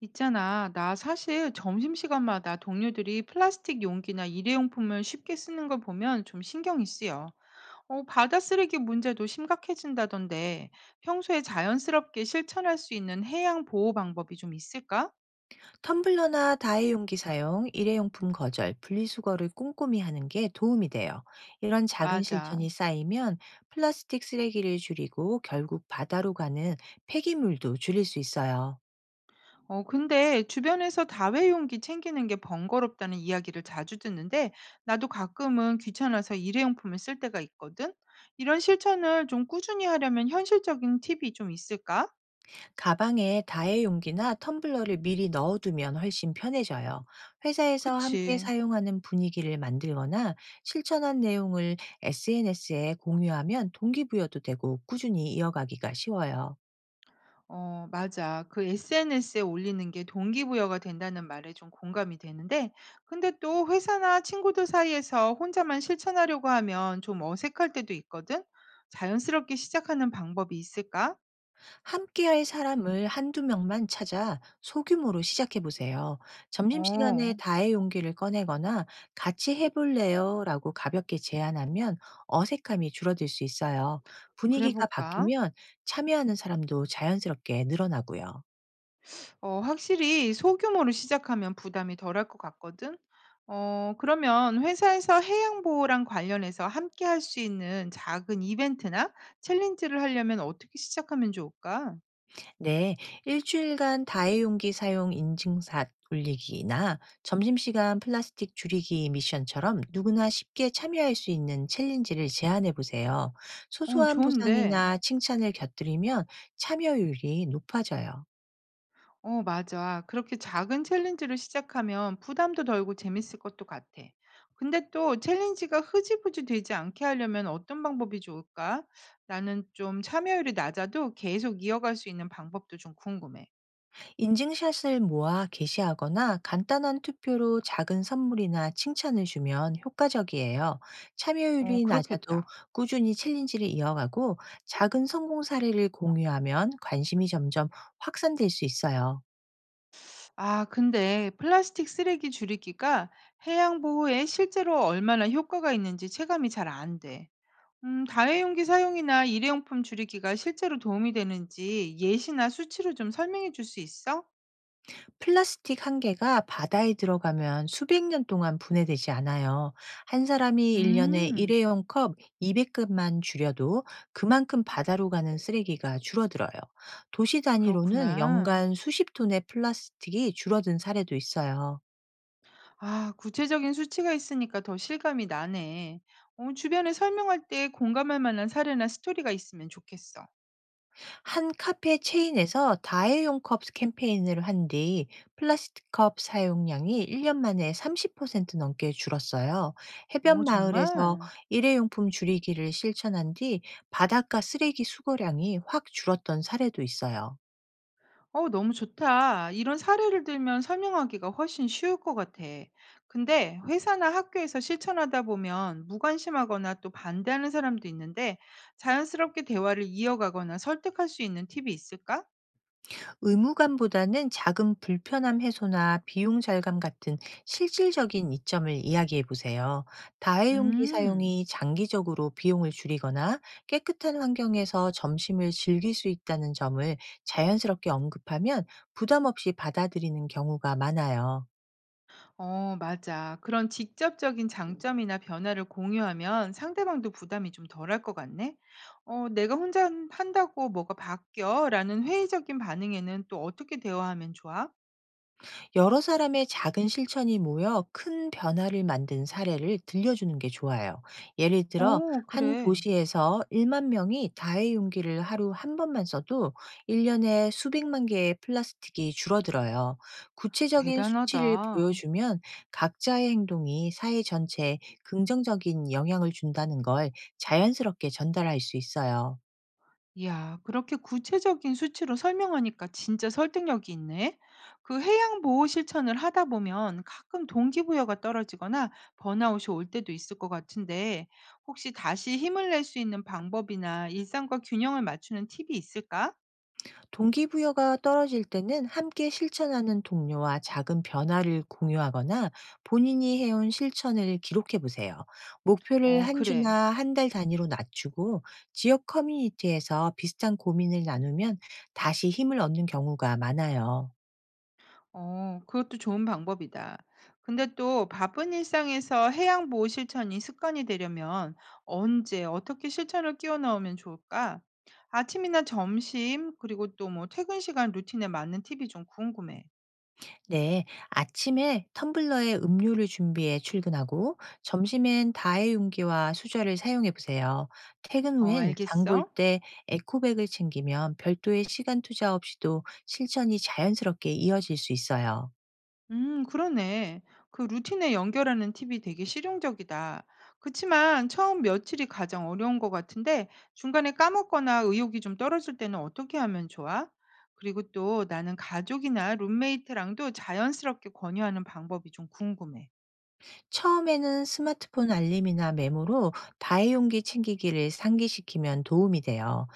있잖아, 나 사실 점심시간마다 동료들이 플라스틱 용기나 일회용품을 쉽게 쓰는 걸 보면 좀 신경이 쓰여. 바다 쓰레기 문제도 심각해진다던데, 평소에 자연스럽게 실천할 수 있는 해양 보호 방법이 좀 있을까? 텀블러나 다이용기 사용, 일회용품 거절, 분리수거를 꼼꼼히 하는 게 도움이 돼요. 이런 작은 맞아. 실천이 쌓이면 플라스틱 쓰레기를 줄이고 결국 바다로 가는 폐기물도 줄일 수 있어요. 근데 주변에서 다회용기 챙기는 게 번거롭다는 이야기를 자주 듣는데, 나도 가끔은 귀찮아서 일회용품을 쓸 때가 있거든? 이런 실천을 좀 꾸준히 하려면 현실적인 팁이 좀 있을까? 가방에 다이용기나 텀블러를 미리 넣어두면 훨씬 편해져요. 회사에서 함께 그치. 사용하는 분위기를 만들거나 실천한 내용을 SNS에 공유하면 동기부여도 되고 꾸준히 이어가기가 쉬워요. 맞아. 그 SNS에 올리는 게 동기부여가 된다는 말에 좀 공감이 되는데, 근데 또 회사나 친구들 사이에서 혼자만 실천하려고 하면 좀 어색할 때도 있거든? 자연스럽게 시작하는 방법이 있을까? 함께할 사람을 한두 명만 찾아 소규모로 시작해 보세요. 점심시간에 어, "다의 용기를 꺼내거나 같이 해 볼래요?"라고 가볍게 제안하면 어색함이 줄어들 수 있어요. 그래 분위기가 볼까? 바뀌면 참여하는 사람도 자연스럽게 늘어나고요. 확실히 소규모로 시작하면 부담이 덜할 것 같거든? 그러면 회사에서 해양보호랑 관련해서 함께 할 수 있는 작은 이벤트나 챌린지를 하려면 어떻게 시작하면 좋을까? 네, 일주일간 다회용기 사용 인증샷 올리기나 점심시간 플라스틱 줄이기 미션처럼 누구나 쉽게 참여할 수 있는 챌린지를 제안해 보세요. 소소한 좋은데. 보상이나 칭찬을 곁들이면 참여율이 높아져요. 맞아. 그렇게 작은 챌린지로 시작하면 부담도 덜고 재밌을 것도 같아. 근데 또 챌린지가 흐지부지 되지 않게 하려면 어떤 방법이 좋을까? 나는 좀 참여율이 낮아도 계속 이어갈 수 있는 방법도 좀 궁금해. 인증샷을 모아 게시하거나 간단한 투표로 작은 선물이나 칭찬을 주면 효과적이에요. 참여율이 낮아도 그렇겠다. 꾸준히 챌린지를 이어가고 작은 성공 사례를 공유하면 관심이 점점 확산될 수 있어요. 아, 근데 플라스틱 쓰레기 줄이기가 해양 보호에 실제로 얼마나 효과가 있는지 체감이 잘 안 돼. 다회용기 사용이나 일회용품 줄이기가 실제로 도움이 되는지 예시나 수치로 좀 설명해 줄 수 있어? 플라스틱 한 개가 바다에 들어가면 수백 년 동안 분해되지 않아요. 한 사람이 1 년에 음. 일회용 컵 200 컵만 줄여도 그만큼 바다로 가는 쓰레기가 줄어들어요. 도시 단위로는 그렇구나. 연간 수십 톤의 플라스틱이 줄어든 사례도 있어요. 아 구체적인 수치가 있으니까 더 실감이 나네. 어 주변에 설명할 때 공감할 만한 사례나 스토리가 있으면 좋겠어. 한 카페 체인에서 다회용 컵 캠페인을 한 뒤 플라스틱 컵 사용량이 1년 만에 30% 넘게 줄었어요. 어 해변 마을에서 정말? 일회용품 줄이기를 실천한 뒤 바닷가 쓰레기 수거량이 확 줄었던 사례도 있어요. 어 너무 좋다. 이런 사례를 들면 설명하기가 훨씬 쉬울 것 같아. 근데 회사나 학교에서 실천하다 보면 무관심하거나 또 반대하는 사람도 있는데 자연스럽게 대화를 이어가거나 설득할 수 있는 팁이 있을까? 의무감보다는 작은 불편함 해소나 비용 절감 같은 실질적인 이점을 이야기해 보세요. 다회용기 음. 사용이 장기적으로 비용을 줄이거나 깨끗한 환경에서 점심을 즐길 수 있다는 점을 자연스럽게 언급하면 부담 없이 받아들이는 경우가 많아요. 맞아. 그런 직접적인 장점이나 변화를 공유하면 상대방도 부담이 좀 덜할 것 같네. 내가 혼자 한다고 뭐가 바뀌어? 라는 회의적인 반응에는 또 어떻게 대화하면 좋아? 여러 사람의 작은 실천이 모여 큰 변화를 만든 사례를 들려주는 게 좋아요. 예를 들어, 한 그래. 도시에서 1만 명이 다의 용기를 하루 한 번만 써도 1년에 수백만 개의 플라스틱이 줄어들어요. 구체적인 수치를 대단하다. 보여주면 각자의 행동이 사회 전체에 긍정적인 영향을 준다는 걸 자연스럽게 전달할 수 있어요. 이야, 그렇게 구체적인 수치로 설명하니까 진짜 설득력이 있네. 그 해양 보호 실천을 하다 보면 가끔 동기부여가 떨어지거나 번아웃이 올 때도 있을 것 같은데, 혹시 다시 힘을 낼 수 있는 방법이나 일상과 균형을 맞추는 팁이 있을까? 동기부여가 떨어질 때는 함께 실천하는 동료와 작은 변화를 공유하거나 본인이 해온 실천을 기록해 보세요. 목표를 한 그래. 주나 한 달 단위로 낮추고 지역 커뮤니티에서 비슷한 고민을 나누면 다시 힘을 얻는 경우가 많아요. 그것도 좋은 방법이다. 근데 또 바쁜 일상에서 해양 보호 실천이 습관이 되려면 언제 어떻게 실천을 끼워 넣으면 좋을까? 아침이나 점심, 그리고 또 뭐 퇴근 시간 루틴에 맞는 팁이 좀 궁금해. 네, 아침에 텀블러에 음료를 준비해 출근하고 점심엔 다회용기와 수저를 사용해 보세요. 퇴근 후엔 장볼 알겠어? 때 에코백을 챙기면 별도의 시간 투자 없이도 실천이 자연스럽게 이어질 수 있어요. 그러네. 그 루틴에 연결하는 팁이 되게 실용적이다. 그치만 처음 며칠이 가장 어려운 것 같은데 중간에 까먹거나 의욕이 좀 떨어질 때는 어떻게 하면 좋아? 그리고 또 나는 가족이나 룸메이트랑도 자연스럽게 권유하는 방법이 좀 궁금해. 처음에는 스마트폰 알림이나 메모로 다이용기 챙기기를 상기시키면 도움이 돼요.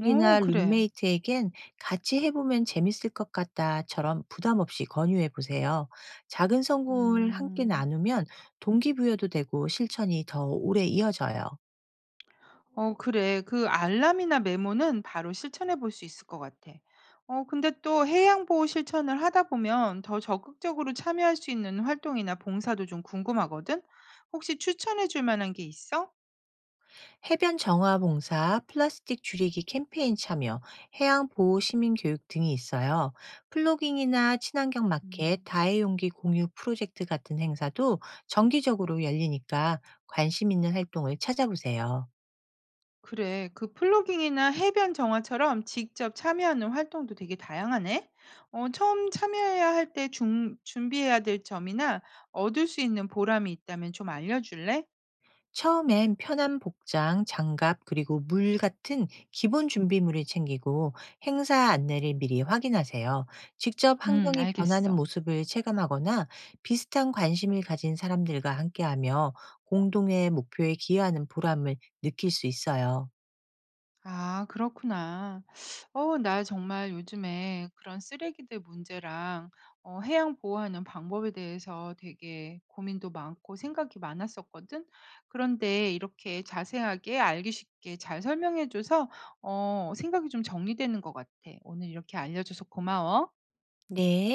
오, 그래. 룸메이트에겐 같이 해보면 재밌을 것 같다처럼 부담 없이 권유해 보세요. 작은 성공을 함께 음. 나누면 동기부여도 되고 실천이 더 오래 이어져요. 그래. 그 알람이나 메모는 바로 실천해 볼 수 있을 것 같아. 어 근데 또 해양 보호 실천을 하다 보면 더 적극적으로 참여할 수 있는 활동이나 봉사도 좀 궁금하거든. 혹시 추천해 줄 만한 게 있어? 해변 정화 봉사, 플라스틱 줄이기 캠페인 참여, 해양 보호 시민 교육 등이 있어요. 플로깅이나 친환경 마켓, 음. 다회용기 공유 프로젝트 같은 행사도 정기적으로 열리니까 관심 있는 활동을 찾아보세요. 그래. 그 플로깅이나 해변 정화처럼 직접 참여하는 활동도 되게 다양하네. 어 처음 참여해야 할 때 준비해야 될 점이나 얻을 수 있는 보람이 있다면 좀 알려 줄래? 처음엔 편한 복장, 장갑, 그리고 물 같은 기본 준비물을 챙기고 행사 안내를 미리 확인하세요. 직접 환경이 변하는 알겠어. 모습을 체감하거나 비슷한 관심을 가진 사람들과 함께하며 공동의 목표에 기여하는 보람을 느낄 수 있어요. 아 그렇구나. 어 나 정말 요즘에 그런 쓰레기들 문제랑 어 해양 보호하는 방법에 대해서 되게 고민도 많고 생각이 많았었거든. 그런데 이렇게 자세하게 알기 쉽게 잘 설명해 줘서 어 생각이 좀 정리되는 것 같아. 오늘 이렇게 알려줘서 고마워. 네.